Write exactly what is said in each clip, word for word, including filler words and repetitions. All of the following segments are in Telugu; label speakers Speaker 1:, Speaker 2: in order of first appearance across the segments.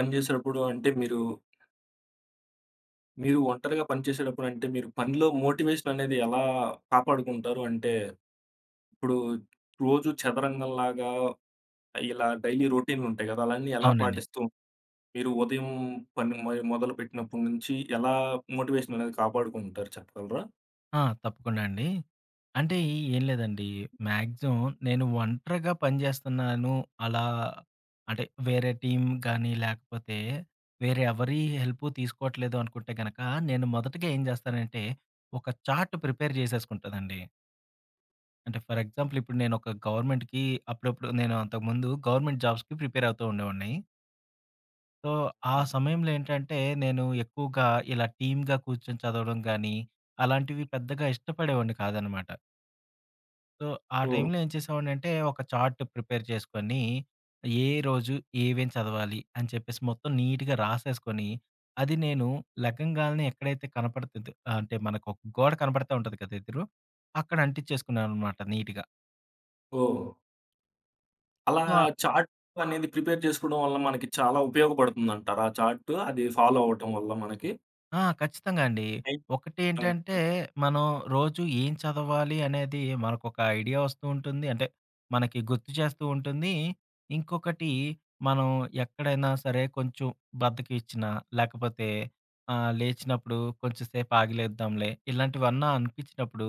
Speaker 1: పని చేసేటప్పుడు అంటే మీరు, మీరు ఒంటరిగా పని చేసేటప్పుడు అంటే మీరు పనిలో మోటివేషన్ అనేది ఎలా కాపాడుకుంటారు? అంటే ఇప్పుడు రోజు చదరంగంలాగా ఇలా డైలీ రొటీన్‌లు ఉంటాయి కదా! అలాన్నీ ఎలా
Speaker 2: అవునండి.
Speaker 1: పాటిస్తూ మీరు ఉదయం పని మొ మొదలుపెట్టినప్పటి నుంచి ఎలా మోటివేషన్ అనేది కాపాడుకుంటారు చెప్పగలరా?
Speaker 2: ఆ! తప్పకుండా అండి. అంటే ఏం లేదండి. మాక్సిమం నేను ఒంటరిగా పని చేస్తున్నాను. అలా అంటే వేరే టీమ్ గానీ, లేకపోతే వేరే ఎవరి హెల్పు తీసుకోవట్లేదు అనుకుంటే గనక, నేను మొదటగా ఏం చేస్తానంటే, ఒక చార్ట్ ప్రిపేర్ చేసేసుకుంటానండి. అంటే ఫర్ ఎగ్జాంపుల్ ఇప్పుడు నేను ఒక గవర్నమెంట్‌కి అప్పుడప్పుడు నేను అంతకుముందు గవర్నమెంట్ జాబ్స్‌కి ప్రిపేర్ అవుతూ ఉండేవాడిని. సో, ఆ సమయంలో ఏంటంటే, నేను ఎక్కువగా ఇలా టీమ్‌గా కూర్చొని చదవడం గానీ, అలాంటివి పెద్దగా ఇష్టపడేవాడిని కాదనమాట. సో, ఆ
Speaker 1: ఓహ్!
Speaker 2: టైంలో ఏం చేసేవాడినంటే, ఒక చార్ట్ ప్రిపేర్ చేసుకొని, ఏ రోజు ఏవేం చదవాలి అని చెప్పేసి మొత్తం నీట్‌గా రాసేసుకొని, అది నేను లెగంగాల్నే ఎక్కడైతే కనపడుతదో అంటే మనకు ఒక గోడ కనపడతా ఉంటది కదా ఎదురు, అక్కడ అంటించేసుకున్నాననమాట నీట్‌గా.
Speaker 1: ఓహ్! అలా చార్ట్ అనేది ప్రిపేర్ చేసుకోవడం వల్ల మనకి చాలా ఉపయోగపడుతుందంటారా? ఆ చార్ట్ అది ఫాలో అవ్వటం వల్ల మనకి?
Speaker 2: ఆ! ఖచ్చితంగా అండి. ఒకటేంటంటే, మనం రోజు ఏం చదవాలి అనేది మనకొక ఐడియా వస్తూ ఉంటుంది. అంటే, మనకి గుర్తు చేస్తూ ఉంటుంది. ఇంకొకటి మనం ఎక్కడైనా సరే కొంచెం బద్ధకిచ్చినా, లేకపోతే ఆహ్, లేచినప్పుడు కొంచెం సేపు ఆగి లేద్దాంలే ఇలాంటివన్నా అనిపించినప్పుడు,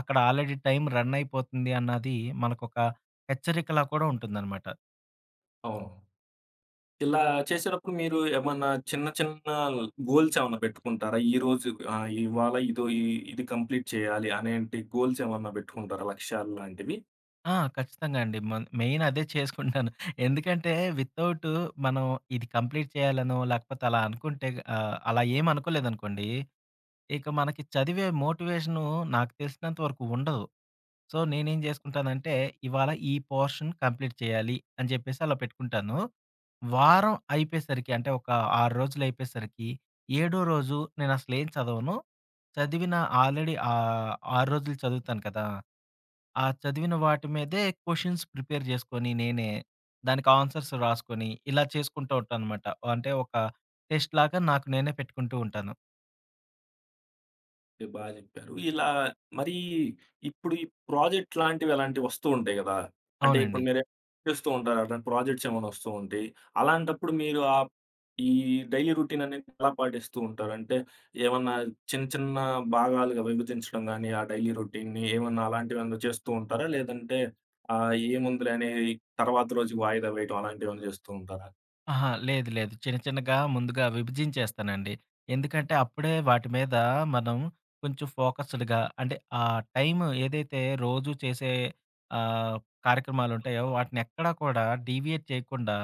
Speaker 2: అక్కడ ఆల్రెడీ టైం రన్ అయిపోతుంది అన్నది మనకొక హెచ్చరికలా కూడా ఉంటుందనమాట.
Speaker 1: అవును. ఇలా చేసేటప్పుడు మీరు ఏమన్నా చిన్న చిన్న గోల్స్ ఏమన్నా పెట్టుకుంటారా? ఈరోజు ఆహ్, ఇవాళ ఇదో ఇ ఇది కంప్లీట్ చేయాలి అనేంటి గోల్స్ ఏమన్నా పెట్టుకుంటారా లక్ష్యాలు లాంటివి?
Speaker 2: ఆ! ఖచ్చితంగా అండి. మన్ మెయిన్ అదే చేసుకుంటాను. ఎందుకంటే వితౌట్ మనం ఇది కంప్లీట్ చేయాలనో, లేకపోతే అలా అనుకుంటే ఆహ్, అలా ఏమి అనుకోలేదనుకోండి, ఇక మనకి చదివే మోటివేషను నాకు తెలిసినంత వరకు ఉండదు. సో, నేనేం చేసుకుంటానంటే, ఇవాళ ఈ పోర్షన్ కంప్లీట్ చేయాలి అని చెప్పేసి అలా పెట్టుకుంటాను. వారం అయిపోయేసరికి అంటే ఒక ఆరు రోజులు అయిపోయేసరికి, ఏడో రోజు నేనసలేం చదవను. చదివిన ఆల్రెడీ ఆహ్, ఆరు రోజులు చదువుతాను కదా! ఆ చదివిన వాటి మీదే క్వెషన్స్ ప్రిపేర్ చేసుకొని నేనే, దానికి ఆన్సర్స్ రాసుకొని, ఇలా చేసుకుంటూ ఉంటాననమాట. అంటే ఒక టెస్ట్ లాగా నాకు నేనే పెట్టుకుంటూ ఉంటాను.
Speaker 1: ఓకే. బా జెప్పారు. ఇలా మరి ఇప్పుడు ఈ ప్రాజెక్ట్ లాంటివి అలాంటివి వస్తూ ఉంటాయి గదా! అంటే ఇప్పుడు
Speaker 2: అవునండి.
Speaker 1: మీరు చేస్తూ ఉంటారు. అట్లాంటి ప్రాజెక్ట్స్ ఏమైనా వస్తూ ఉంటయి. అలాంటప్పుడు మీరు ఆహ్, ఈ డైలీ రొటీన్ అనేది ఎలా పాటిస్తూ ఉంటారు? అంటే ఏమన్నా చిన్న చిన్న భాగాలుగా విభజించడం గాని, ఆ డైలీ రొటీన్‌ని ఏమన్నా అలాంటివేమన్నా చేస్తూ ఉంటారా? లేదంటే ఆహ్, ఏముందిలే అనేది తర్వాత రోజుకి వాయిదా వేయటం అలాంటివేమన్నా చేస్తూ ఉంటారా?
Speaker 2: అహా! లేదు, లేదు. చిన్న చిన్నగా ముందుగా విభజించేస్తానండి. ఎందుకంటే అప్పుడే వాటి మీద మనం కొంచెం ఫోకస్డ్‌గా అంటే ఆ టైమ్ ఏదైతే రోజు చేసే ఆహ్, కార్యక్రమాలుంటాయో వాటిని ఎక్కడా కూడా డీవియేట్ చేయకుండా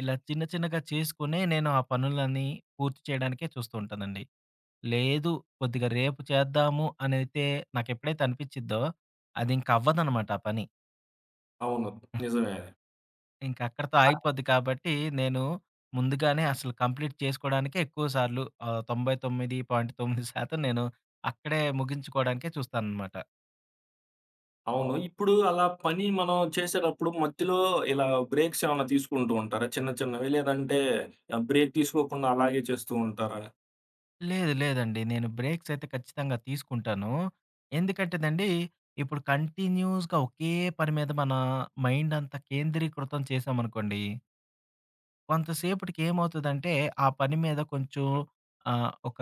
Speaker 2: ఇలా చిన్న చిన్నగా చేసుకునే నేను ఆ పనులన్నీ పూర్తి చేయడానికే చూస్తూ ఉంటానండి. లేదు. కొద్దిగా రేపు చేద్దాము అనైతే నాకెప్పుడైతే అనిపిచ్చిద్దో, అదింక అవ్వదనమాట ఆ పని.
Speaker 1: అవును. నిజమే.
Speaker 2: ఇంక అక్కడితో ఆగిపోద్ది కాబట్టి, నేను ముందుగానే అసలు కంప్లీట్ చేసుకోవడానికే ఎక్కువ సార్లు ఆహ్, తొంభై తొమ్మిది పాయింట్ తొమ్మిది పర్సెంట్ నేను అక్కడే ముగించుకోవడానికే చూస్తాననమాట.
Speaker 1: అవును. ఇప్పుడు అలా పని మనం చేసేటప్పుడు మధ్యలో ఇలా బ్రేక్స్ ఏమన్నా తీసుకుంటూ ఉంటారా? చిన్న చిన్నవి లేదంటే ఆహ్, బ్రేక్ తీసుకోకుండా అలాగే చేస్తూ ఉంటారా?
Speaker 2: లేదు లేదండి. నేను బ్రేక్స్ అయితే ఖచ్చితంగా తీసుకుంటాను. ఎందుకంటేనండి, ఇప్పుడు కంటిన్యూయస్‌గా ఒకే పని మీద మన మైండ్ అంతా కేంద్రీకృతం చేశామనుకోండి కొంతసేపటికి ఏమవుతదంటే, ఆ పని మీద కొంచెం ఆహ్, ఒక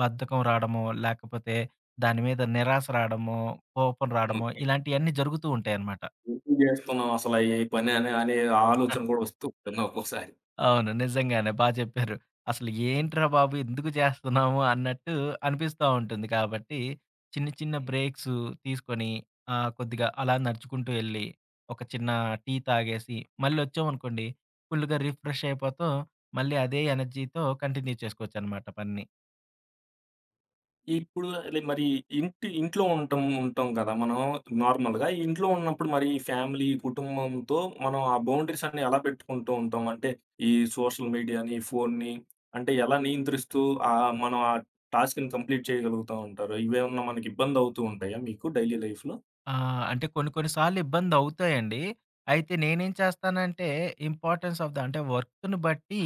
Speaker 2: బద్ధకం రాడమో, లేకపోతే దాని మీద నిరాశ రాడమో, కోపం రాడమో
Speaker 1: హ్మ్.
Speaker 2: ఇలాంటియన్నీ జరుగుతూ ఉంటాయనమాట.
Speaker 1: ఎందుకు చేస్తున్నాం అసల ఈ పని అనే అనే ఆలోచన కూడా వస్తూ ఉంటుంది ఒక్కోసారి.
Speaker 2: అవును. నిజంగానే బా చెప్పారు. అసలు ఏంట్రా బాబు! ఎందుకు చేస్తున్నాము అన్నట్టు అనిపిస్తా ఉంటుంది. కాబట్టి చిన్న చిన్న బ్రేక్సు తీసుకొని ఆహ్, కొద్దిగా అలా నడుచుకుంటూ ఎళ్లి, ఒక చిన్న టీ తాగేసి మళ్ళొచ్చామనుకోండి, ఫుల్‌గా రిఫ్రెష్ అయిపోతాం. మళ్ళీ అదే ఎనర్జీతో కంటిన్యూ చేసుకోవచ్చనమాట పనిని.
Speaker 1: ఇప్పుడు లే మరి ఇంటి ఇంట్లో ఉంటాం ఉంటాం కదా! మనం నార్మల్‌గా. ఇంట్లో ఉన్నప్పుడు మరి ఫ్యామిలీ, కుటుంబంతో మనం ఆ బౌండరీస్ అన్నీ ఎలా పెట్టుకుంటూ ఉంటాం? అంటే ఈ సోషల్ మీడియాని, ఫోన్ని అంటే ఎలా నియంత్రిస్తూ ఆహ్, మనం ఆ టాస్క్‌ని కంప్లీట్ చేయగలుగుతా ఉంటారు? ఇవేమన్నా మనకి ఇబ్బందవుతూ ఉంటాయా మీకు డైలీ లైఫ్‌లో?
Speaker 2: ఆ! అంటే కొన్ని కొన్ని సార్లు ఇబ్బందవుతాయండి. అయితే నేనేం చేస్తానంటే ఇంపార్టెన్స్ ఆఫ్ ద అంటే వర్క్‌ని బట్టి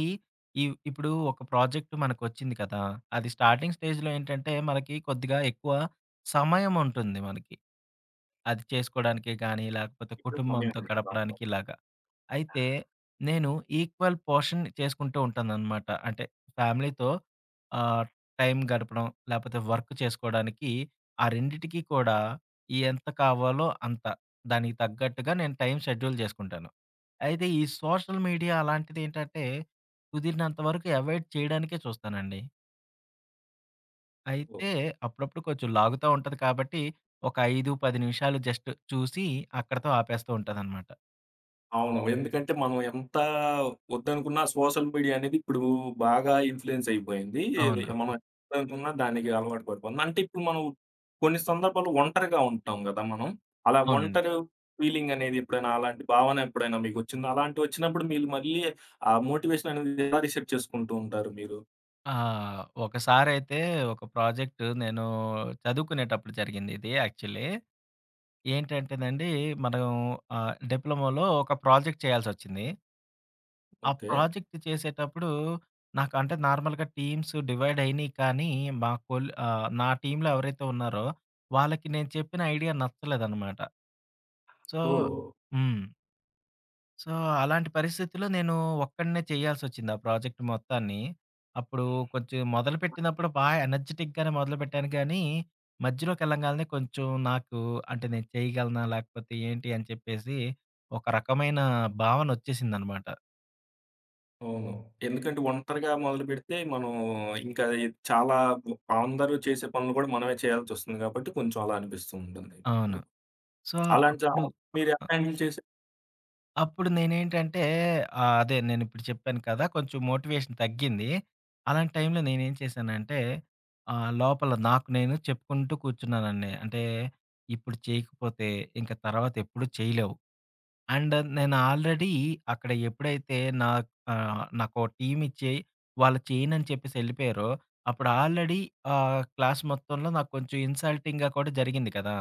Speaker 2: ఇవ్ ఇప్పుడు ఒక ప్రాజెక్ట్ మనకొచ్చింది కదా! అది స్టార్టింగ్ స్టేజ్‌లో ఏంటంటే మనకి కొద్దిగా ఎక్కువ సమయం ఉంటుంది మనకి. అది చేసుకోవడానికే గానీ, లేకపోతే
Speaker 1: ఇప్పుడు సమయం
Speaker 2: కుటుంబంతో
Speaker 1: పడుతుంది. అవును.
Speaker 2: గడపడానికి ఇలాగ. అయితే నేను ఈక్వల్ పోర్షన్ చేసుకుంటూ ఉంటాననమాట. అంటే ఫ్యామిలీతో ఆహ్, టైం గడపడం, లేపోతే వర్క్ చేసుకోవడానికి ఆ రెండిటికి కూడా ఈ ఎంత కావాలో అంత. దానికి తగ్గట్టుగా నేను టైం షెడ్యూల్ చేసుకుంటాను. అయితే ఈ సోషల్ మీడియా అలాంటిదేంటంటే కుదిరినంత వరకు అవాయిడ్ చేయడానికే చూస్తానండి.
Speaker 1: ఓహ్!
Speaker 2: అయితే అప్పుడప్పుడు కొంచెం లాగుతా ఉంటది కాబట్టి ఒక ఐదు, పది నిమిషాలు జస్ట్ చూసి అక్కడితో ఆపేస్తూ ఉంటాననమాట.
Speaker 1: అవును. ఎందుకంటే మనం ఎంత వద్దనుకున్నా సోషల్ మీడియా అనేది ఇప్పుడు బాగా ఇన్‌ఫ్లూయెన్స్ అయిపోయింది. ఏది
Speaker 2: అవును.
Speaker 1: మనం ఎంతనుకున్నా దానికి అలవాటు పడిపోతున్నాం. అంటే ఇప్పుడు మనం కొన్ని సందర్భాల్లో ఒంటరిగా ఉంటాం గదా! మనం. అలా
Speaker 2: అవునండి.
Speaker 1: ఒంటరి ఫీలింగ్ అనేది ఎప్పుడైనా అలాంటి భావన ఎప్పుడైనా మీకొచ్చిందా? అలాంటివొచ్చినప్పుడు మీరు మళ్ళీ ఆ మోటివేషన్ అనేది ఎలా రీసెట్ చేసుకుంటూ ఉంటారు మీరు?
Speaker 2: ఆ! ఒకసారైతే ఒక ప్రాజెక్ట్ నేను చదువుకునేటప్పుడు జరిగింది ఇది యాక్చువల్లీ. ఏంటంటేనండి మనం ఆహ్, డిప్లొమాలో ఒక ప్రాజెక్ట్ చేయాల్సొచ్చింది. ఆ
Speaker 1: ఓకే.
Speaker 2: ప్రాజెక్ట్ చేసేటప్పుడు నాకు అంటే నార్మల్‌గా టీమ్స్ డివైడ్ అయినియి కానీ మా కొల్ ఆహ్, నా టీమ్‌లో ఎవరైతే ఉన్నారో వాళ్ళకి నేను చెప్పిన ఐడియా నచ్చలేదనమాట. సో
Speaker 1: ఓహ్!
Speaker 2: హ్మ్. సో, అలాంటి పరిస్థితిలో నేను ఒక్కడినే చేయాల్సొచ్చింది ఆ ప్రాజెక్ట్ మొత్తాన్ని. అప్పుడు కొంచెం మొదలుపెట్టినప్పుడు బా ఎనర్జిటిక్‌గానే మొదలుపెట్టాను గానీ, మధ్యలోకెళ్ళంగాల్నే కొంచెం నాకు అంటే నేను చేయగలనా? లేకపోతే ఏంటి? అని చెప్పేసి ఒక రకమైన భావనొచ్చేసిందనమాట.
Speaker 1: అవును. ఎందుకంటే ఒంటరిగా మొదలుపెడితే మనం ఇంకా అది చాలా అందరూ చేసే పనులు కూడా మనమే చేయాల్సొస్తుంది కాబట్టి కొంచెం అలా అనిపిస్తూ ఉంటుంది.
Speaker 2: అవును.
Speaker 1: ఇప్పుడు
Speaker 2: సో,
Speaker 1: అలాంటి జా
Speaker 2: అప్పుడు
Speaker 1: మీరు ఎలా హ్యాండిల్ చేసారు?
Speaker 2: అప్పుడు నేనేంటంటే ఆహ్, అదే నేనిప్పుడు చెప్పాను కదా! కొంచెం మోటివేషన్ తగ్గింది. అలాంటి టైంలో నేనేం చేశానంటే ఆహ్, లోపల నాకు నేను చెప్పుకుంటూ కూర్చున్నానండి. అంటే ఇప్పుడు చేయకపోతే ఇంక తర్వాత ఎప్పుడు చేయలేవు. అండ్ నేను ఆల్రెడీ అక్కడ ఎప్పుడైతే నా ఆహ్, నాకో టీమ్ ఇచ్చి వాళ్ళు చేయనని చెప్పేసి ఎళ్ళిపోయారో అప్పుడు ఆల్రెడీ ఆహ్, క్లాస్ మొత్తంలో నాకు కొంచెం ఇన్సల్టింగ్‌గా కూడా జరిగింది కదా!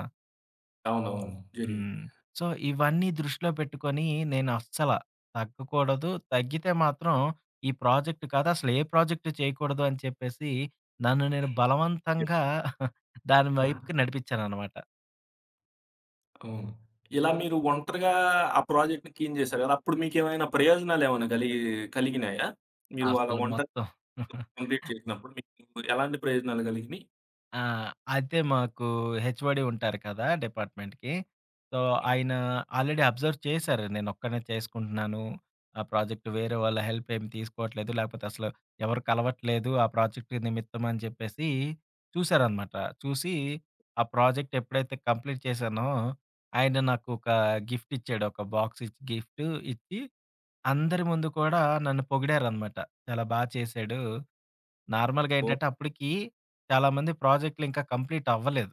Speaker 1: అవునవును. జరిగింది.
Speaker 2: హ్మ్. సో, ఇవన్నీ దృష్టిలో పెట్టుకొని నేను అస్సల తగ్గకూడదు. తగ్గితే మాత్రం ఈ ప్రాజెక్ట్ కాదు అసలు ఏ ప్రాజెక్ట్ చేయకూడదు అని చెప్పేసి నన్ను నేను
Speaker 1: యెస్.
Speaker 2: బలవంతంగా దాని వైపుకి నడిపించాననమాట.
Speaker 1: అవును. ఇలా మీరు ఒంటరిగా ఆ ప్రాజెక్ట్‌ని క్లీన్ చేశారు కదా! అప్పుడు మీకేమైనా ప్రయోజనాలు ఏమైనా కలిగి కలిగినాయా? మీరు అలా
Speaker 2: అసలు
Speaker 1: ఒంటరిగా
Speaker 2: మొత్తం.
Speaker 1: కంప్లీట్ చేసినప్పుడు మీకు ఎలాంటి ప్రయోజనాలు కలిగినియి?
Speaker 2: ఆ! అయితే మాకు హెచ్ఓడి ఉంటారు కదా! డిపార్ట్‌మెంట్‌కి. సో, ఆయన ఆల్రెడీ అబ్జర్వ్ చేశారు. నేనొక్కడినే చేసుకుంటున్నాను. ఆ ప్రాజెక్ట్ వేరే వాళ్ళ హెల్ప్ ఏమి తీసుకోవట్లేదు. లేకపోతే అసలు ఎవరు కలవట్లేదు. ఆ ప్రాజెక్ట్ నిమిత్తం అని చెప్పేసి చూశారనమాట. చూసి ఆ ప్రాజెక్ట్ ఎప్పుడైతే కంప్లీట్ చేశానో, ఆయన నాకు ఒక గిఫ్ట్ ఇచ్చాడు. ఒక బాక్స్ ఇచ్చి గిఫ్ట్ ఇచ్చి అందరి ముందు కూడా నన్ను పొగిడారనమాట. చాలా బా చేశాడు. నార్మల్‌గా
Speaker 1: ఓహ్!
Speaker 2: ఏంటంటే అప్పటికి చాలామంది ప్రాజెక్ట్‌లు ఇంకా కంప్లీట్ అవ్వలేదు.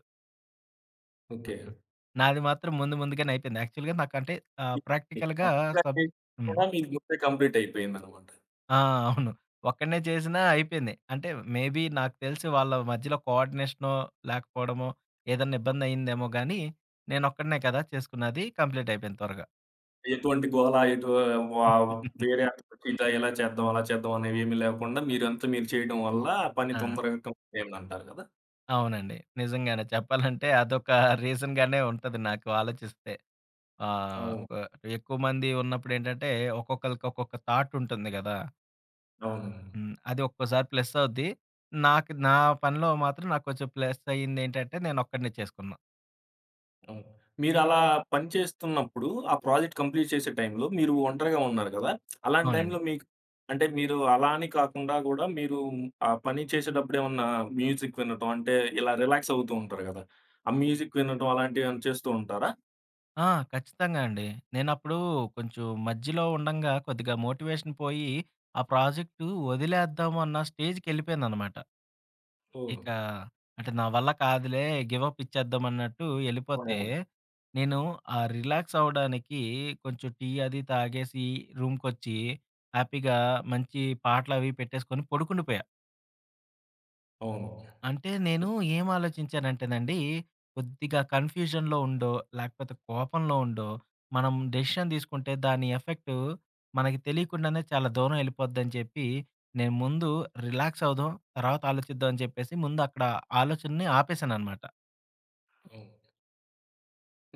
Speaker 1: ఓకే.
Speaker 2: హ్మ్. నాది మాత్రం ముందు ముందుగానే అయిపోయింది. యాక్చువల్‌గా నాకంటే ఆహ్, ప్రాక్టికల్‌గా
Speaker 1: ఒంటరిగా
Speaker 2: సబ్
Speaker 1: చేసింది
Speaker 2: హ్మ్.
Speaker 1: కూడా మీ ముందే కంప్లీట్ అయిపోయిందనమాట.
Speaker 2: ఆ! అవును. ఒక్కడినే చేసినా అయిపోయింది. అంటే మేబీ నాకు తెలిసి వాళ్ళ మధ్యలో కోఆర్డినేషనో లేకపోవడమో ఏదన్నా ఇబ్బంది అయిందేమో గానీ, నేనొక్కడినే కదా చేసుకున్నది. కంప్లీట్ అయిపోయింది త్వరగా.
Speaker 1: ఎటువంటి గోల ఎటు వా వేరే అతనికి ఇలా ఇలా చేద్దాం, అలా చేద్దాం అనేవేమి లేకుండా మీరంతా మీరు చేయడం వల్ల ఆ పని
Speaker 2: ఆ!
Speaker 1: తొందరగా కంప్లీట్ అయిందంటారు కదా!
Speaker 2: అవునండి. నిజంగానే చెప్పాలంటే అదొక రీజన్‌గానే ఉంటది నాకు ఆలోచిస్తే. ఆ!
Speaker 1: అవును.
Speaker 2: క ఎక్కువ మంది ఉన్నప్పుడేంటంటే, ఒక్కొక్కళ్ళకి ఒక్కొక్క థాట్ ఉంటుంది గదా!
Speaker 1: అవునండి.
Speaker 2: హ్మ్. అది ఒక్కోసారి ప్లస్ అవుద్ది. నాకు నా పనిలో మాత్రం నాకు కొంచెం ప్లస్ అయిందేంటంటే, నేనొక్కడినే చేసుకున్నా.
Speaker 1: అవును. మీరలా పని చేస్తున్నప్పుడు ఆ ప్రాజెక్ట్ కంప్లీట్ చేసే టైంలో మీరు ఒంటరిగా ఉన్నారు కదా! అలాంటి టైంలో
Speaker 2: అవునండి.
Speaker 1: మీకు అంటే మీరు అలా అని కాకుండా గూడా మీరు ఆ పని చేసేటప్పుడు ఏమన్నా మ్యూజిక్ వినటం అంటే ఇలా రిలాక్స్ అవుతూ ఉంటారు గదా! ఆ మ్యూజిక్ వినటం అలాంటివేమన్నా చేస్తూ ఉంటారా?
Speaker 2: ఆ! ఖచ్చితంగా అండి. నేనప్పుడు కొంచెం మధ్యలో ఉండంగా కొద్దిగా మోటివేషన్ పోయి, ఆ ప్రాజెక్టు వదిలేద్దాము అన్న స్టేజ్‌కెళ్ళిపోయాననమాట.
Speaker 1: ఓహ్!
Speaker 2: ఇక అంటే నా వల్ల కాదులే గివ్ అప్ ఇచ్చేద్దాం అన్నట్టు ఎళ్ళిపోతే,
Speaker 1: అవును.
Speaker 2: నేను ఆ రిలాక్స్ అవ్వడానికి కొంచెం టీ అది తాగేసి రూమ్‌కొచ్చి హ్యాపీగా మంచి పాటలవి పెట్టేసుకొని పడుకుండిపోయా.
Speaker 1: అవును.
Speaker 2: అంటే నేను ఏం ఆలోచించానంటేనండి, కొద్దిగా కన్‌ఫ్యూజన్‌లో ఉండో, లేకపోతే కోపంలో ఉండో, మనం డెసిషన్ తీసుకుంటే దాని ఎఫెక్టు మనకి తెలియకుండానే చాలా దూరం ఎళ్ళిపోద్దని చెప్పి, నేను ముందు రిలాక్స్ అవుదాం, తర్వాత ఆలోచిద్దాం అని చెప్పేసి ముందు అక్కడ ఆలోచనని ఆపేసాననమాట.
Speaker 1: అవును.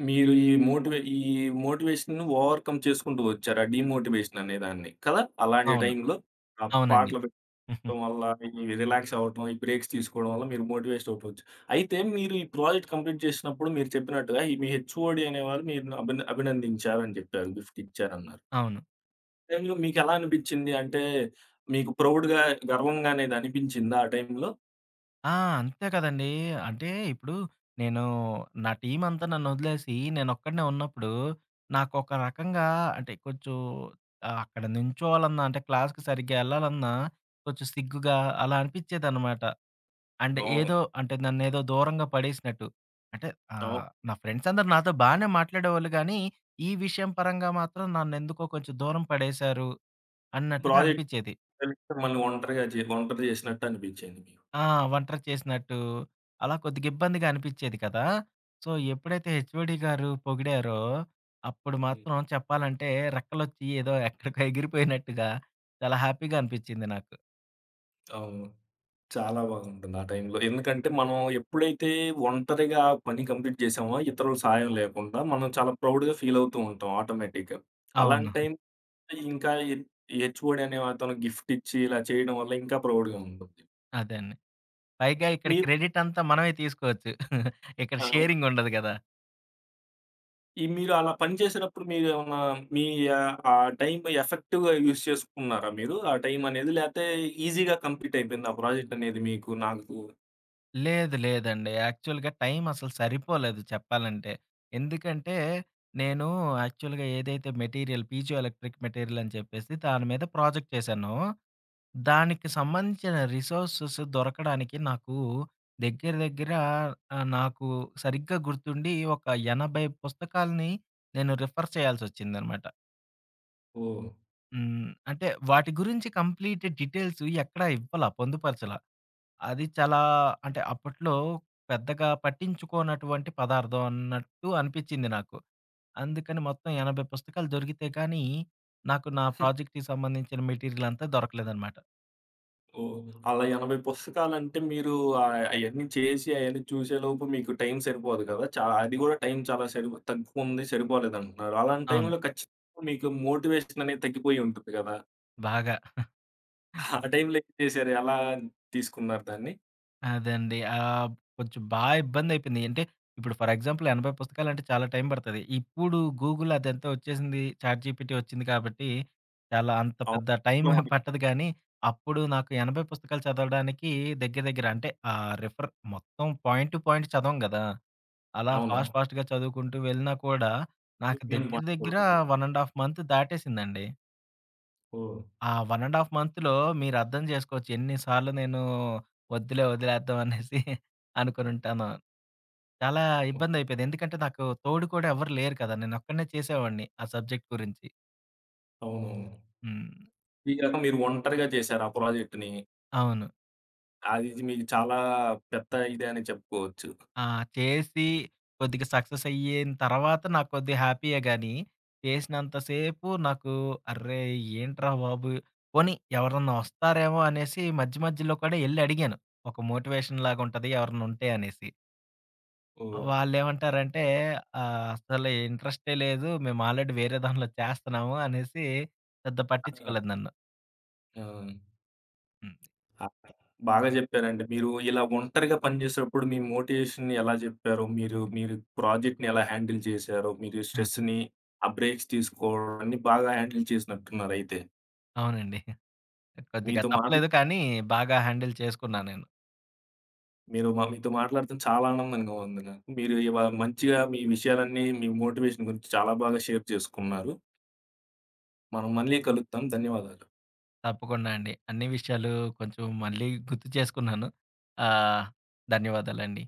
Speaker 1: మీరు ఈ మోటివే ఈ మోటివేషన్‌ని ఓవర్‌కమ్ చేసుకుంటూ వచ్చారు. ఆ డీమోటివేషన్ అనేదాన్ని. కదా! అలాంటి
Speaker 2: అవును.
Speaker 1: టైంలో ఆ
Speaker 2: అవునండి.
Speaker 1: పాటలు పెట్టడం వల్ల, ఈ రిలాక్స్ అవ్వటం, ఈ బ్రేక్స్ తీసుకోవడం వల్ల మీరు మోటివేషన్ అవ్వచ్చు. అయితే మీరు ఈ ప్రాజెక్ట్ కంప్లీట్ చేసినప్పుడు మీరు చెప్పినట్టుగా ఈ మీ హెచ్ఓడి అనేవారు మీరును అభిన అభినందించారని చెప్పారు. గిఫ్ట్ ఇచ్చారన్నారు.
Speaker 2: అవును.
Speaker 1: ఆ టైంలో మీకెలా అనిపించింది? అంటే మీకు ప్రౌడ్‌గా, గర్వంగా అనేది అనిపించిందా ఆ టైంలో?
Speaker 2: ఆ! అంతే కదండీ. అంటే ఇప్పుడు నేను నా టీమ్ అంతా నన్నొదిలేసి నేనొక్కడినే ఉన్నప్పుడు నాకొక రకంగా అంటే కొంచెం ఆహ్, అక్కడ నించోవాలన్నా అంటే క్లాస్‌కి సరిగ్గా ఎళ్ళాలన్నా కొంచెం సిగ్గుగా అలా అనిపిచ్చేదనమాట. అంటే
Speaker 1: అవును.
Speaker 2: ఏదో అంటే నన్నేదో దూరంగా పడేసినట్టు. అంటే
Speaker 1: అవును.
Speaker 2: ఆహ్, నా ఫ్రెండ్స్ అందరూ నాతో బానే మాట్లాడేవాళ్ళు గానీ, ఈ విషయం పరంగా మాత్రం నన్నెందుకో కొంచెం దూరం పడేశారు అన్నట్టుగా
Speaker 1: ప్రాజెక్ట్
Speaker 2: అనిపిచ్చేది.
Speaker 1: మిమ్మల్ని ఒంటరిగా జే ఒంటరి చేసినట్టు అనిపించింది మీకు.
Speaker 2: ఆ! ఒంటరి చేసినట్టు, అలా కొద్దిగా ఇబ్బందిగా అనిపిచ్చేది కదా! సో, ఎప్పుడైతే హెచ్ఓడి గారు పొగిడారో, అప్పుడు
Speaker 1: హ్మ్.
Speaker 2: మాత్రం చెప్పాలంటే రెక్కలొచ్చి ఏదో ఎక్కడికో ఎగిరిపోయినట్టుగా చాలా హ్యాపీగా అనిపిచ్చింది నాకు.
Speaker 1: అవును. చాలా బాగుంటుంది ఆ టైంలో. ఎందుకంటే మనం ఎప్పుడైతే ఒంటరిగా ఆ పని కంప్లీట్ చేసామో ఇతరుల సాయం లేకుండా మనం చాలా ప్రౌడ్‌గా ఫీల్ అవుతూ ఉంటాం ఆటోమేటిక్‌గా.
Speaker 2: అవును.
Speaker 1: అలాంటి టైం ఇంకా ఈ హెచ్ఓడి అనే అతను గిఫ్ట్ ఇచ్చి ఇలా చేయడం వల్ల ఇంకా ప్రౌడ్‌గా ఉంటుంది.
Speaker 2: అదే అండి. పైగా ఇక్కడ
Speaker 1: మీరు
Speaker 2: క్రెడిట్ అంతా మనమే తీసుకోవచ్చు. ఇక్కడ
Speaker 1: ఆహ్,
Speaker 2: షేరింగ్ ఉండదు గదా!
Speaker 1: ఈ మీరు అలా పని చేసేటప్పుడు మీరేమన్నా మీ ఆహ్, ఆ టైం ఎఫెక్టివ్‌గా యూజ్ చేసుకున్నారా మీరు? ఆ టైం అనేది లేతే ఈజీగా కంప్లీట్ అయిపోయిందా ప్రాజెక్ట్ అనేది మీకు నాకు?
Speaker 2: లేదు లేదండి. యాక్చువల్‌గా టైం అసలు సరిపోలేదు చెప్పాలంటే. ఎందుకంటే నేను యాక్చువల్‌గా ఏదైతే మెటీరియల్ పీజో ఎలక్ట్రిక్ మెటీరియల్ అని చెప్పేసి దాని మీద ప్రాజెక్ట్ చేశానో, దానికి సంబంధించిన రిసోర్సెస్ దొరకడానికి నాకు దగ్గర దగ్గర ఆహ్, నాకు సరిగ్గా గుర్తుండి ఒక ఎనభై పుస్తకాల్ని నేను రిఫర్ చేయాల్సొచ్చిందనమాట.
Speaker 1: ఓహ్!
Speaker 2: హ్మ్. అంటే వాటి గురించి కంప్లీట్ డీటెయిల్స్ ఎక్కడ ఇవ్వలా, పొందుపరచలా. అది చాలా అంటే అప్పట్లో పెద్దగా పట్టించుకోనటువంటి పదార్థం అన్నట్టు అనిపిచ్చింది నాకు. అందుకని మొత్తం ఎనభై పుస్తకాలు దొరికితే కానీ, నాకు నా ప్రాజెక్ట్‌కి సంబంధించిన మెటీరియల్ అంతా దొరకలేదనమాట.
Speaker 1: ఓహ్! అలా ఎనభై పుస్తకాలంటే మీరు ఆహ్, అయన్నీ చేసి, అయన్నీ చూసేలోపు మీకు టైం సరిపోదు కదా! చా అది గూడా టైం చాలా సరిపో తగ్గుకుంది, సరిపోలేదంటున్నారు. అలాంటి
Speaker 2: అవును.
Speaker 1: టైంలో ఖచ్చితంగా మీకు మోటివేషన్ అనేది తగ్గిపోయి ఉంటుంది కదా!
Speaker 2: బాగా.
Speaker 1: ఆ టైంలో ఏం చేశారు? ఎలా తీసుకున్నారు దాన్ని?
Speaker 2: అదండి. ఆహ్, కొంచెం బా ఇబ్బందయిపోయింది. అంటే ఇప్పుడు ఫర్ ఎగ్జాంపుల్ ఎనభై పుస్తకాలంటే చాలా టైం పడతది. ఇప్పుడు గూగుల్ అదంతా వచ్చేసింది. చాట్‌జీపీటీ వచ్చింది కాబట్టి చాలా అంత
Speaker 1: అవును.
Speaker 2: పెద్ద టైం
Speaker 1: మనకి
Speaker 2: పట్టదు గానీ, అప్పుడు నాకు ఎనభై పుస్తకాలు చదవడానికి దగ్గర దగ్గర అంటే ఆహ్, రిఫర్ మొత్తం పాయింట్ టు పాయింట్ చదవం గదా! అలా
Speaker 1: అవును.
Speaker 2: ఫాస్ట్ ఫాస్ట్‌గా చదువుకుంటూ వెళ్ళినా కూడా నాకు
Speaker 1: యూనియన్
Speaker 2: దగ్గర దగ్గర
Speaker 1: పాయింట్
Speaker 2: ఒకటి ½ మంత్ దాటేసిందండి.
Speaker 1: ఓహ్!
Speaker 2: ఆ ఒకటి ½ మంత్‌లో మీరర్థం జేసుకోవచ్చు. ఎన్ని సార్లు నేను వద్దులే వదిలేద్దాం అనేసి అనుకునుంటానో. చాలా
Speaker 1: ఓహ్!
Speaker 2: ఇబ్బందయిపోయేది. ఎందుకంటే నాకు తోడు కూడా ఎవ్వరు లేరు కదా! నేనొక్కడినే చేసేవాడిని ఆ సబ్జెక్ట్ గురించి.
Speaker 1: అవునవును.
Speaker 2: హ్మ్.
Speaker 1: ఈ రకం మీరు ఒంటరిగా చేశారు ఆ ప్రాజెక్ట్‌ని.
Speaker 2: అవును.
Speaker 1: అది మీకు చాలా పెద్ద ఇదే అని చెప్పుకోవచ్చు.
Speaker 2: ఆ! చేసి కొద్దిగా సక్సెస్ అయ్యిన తర్వాత నాకు కొద్దిగా హ్యాపీయే గానీ, చేసినంత సేపు నాకు అర్రే! ఏంట్రా బాబు! పోనీ ఎవరన్నా వస్తారేమో అనేసి మధ్య మధ్యలో కూడా ఎళ్లి అడిగాను. ఒక మోటివేషన్ లాగుంటది ఎవరన్నా ఉంటే అనేసి.
Speaker 1: ఓహ్!
Speaker 2: వాళ్ళేమంటారంటే, ఆహ్, అసలు ఇంట్రెస్టే లేదు. మేము ఆల్రెడీ వేరే దానిలో చేస్తన్నాము అనేసి పెద్ద
Speaker 1: ఆ!
Speaker 2: పట్టించుకోలేదు నన్ను.
Speaker 1: ఆ!
Speaker 2: హ్మ్.
Speaker 1: ఆ! బాగా జెప్పారండి. మీరు ఇలా ఒంటరిగా పనిజేసేటప్పుడు మీ మోటివేషన్‌ని ఎలా జెప్పారో, మీరు మీరు ప్రాజెక్ట్‌ని ఎలా హ్యాండిల్ చేశారో, మీరు
Speaker 2: అదే.
Speaker 1: స్ట్రెస్‌ని, ఆ బ్రేక్స్ తీసుకోవడం అన్నీ బాగా హ్యాండిల్ చేసినట్టున్నారయితే.
Speaker 2: అవునండి. కొద్దిగా
Speaker 1: మీతో మాట్లా
Speaker 2: తప్పలేదు కానీ, బాగా హ్యాండిల్ చేసుకున్నా నేను.
Speaker 1: మీరు మా మీతో మాట్లాడడం చాలా ఆనందంగా ఉంది నాకు. మీరు ఇవా మంచిగా మీ విషయాలన్నీ, మీ మోటివేషన్ గురించి చాలా బాగా షేర్ చేసుకున్నారు. మనం మళ్ళీ కలుద్దాం. ధన్యవాదాలు.
Speaker 2: తప్పకుండా అండి. అన్ని విషయాలు కొంచెం మళ్ళీ గుర్తు చేసుకున్నాను. ఆహ్, ధన్యవాదాలండి.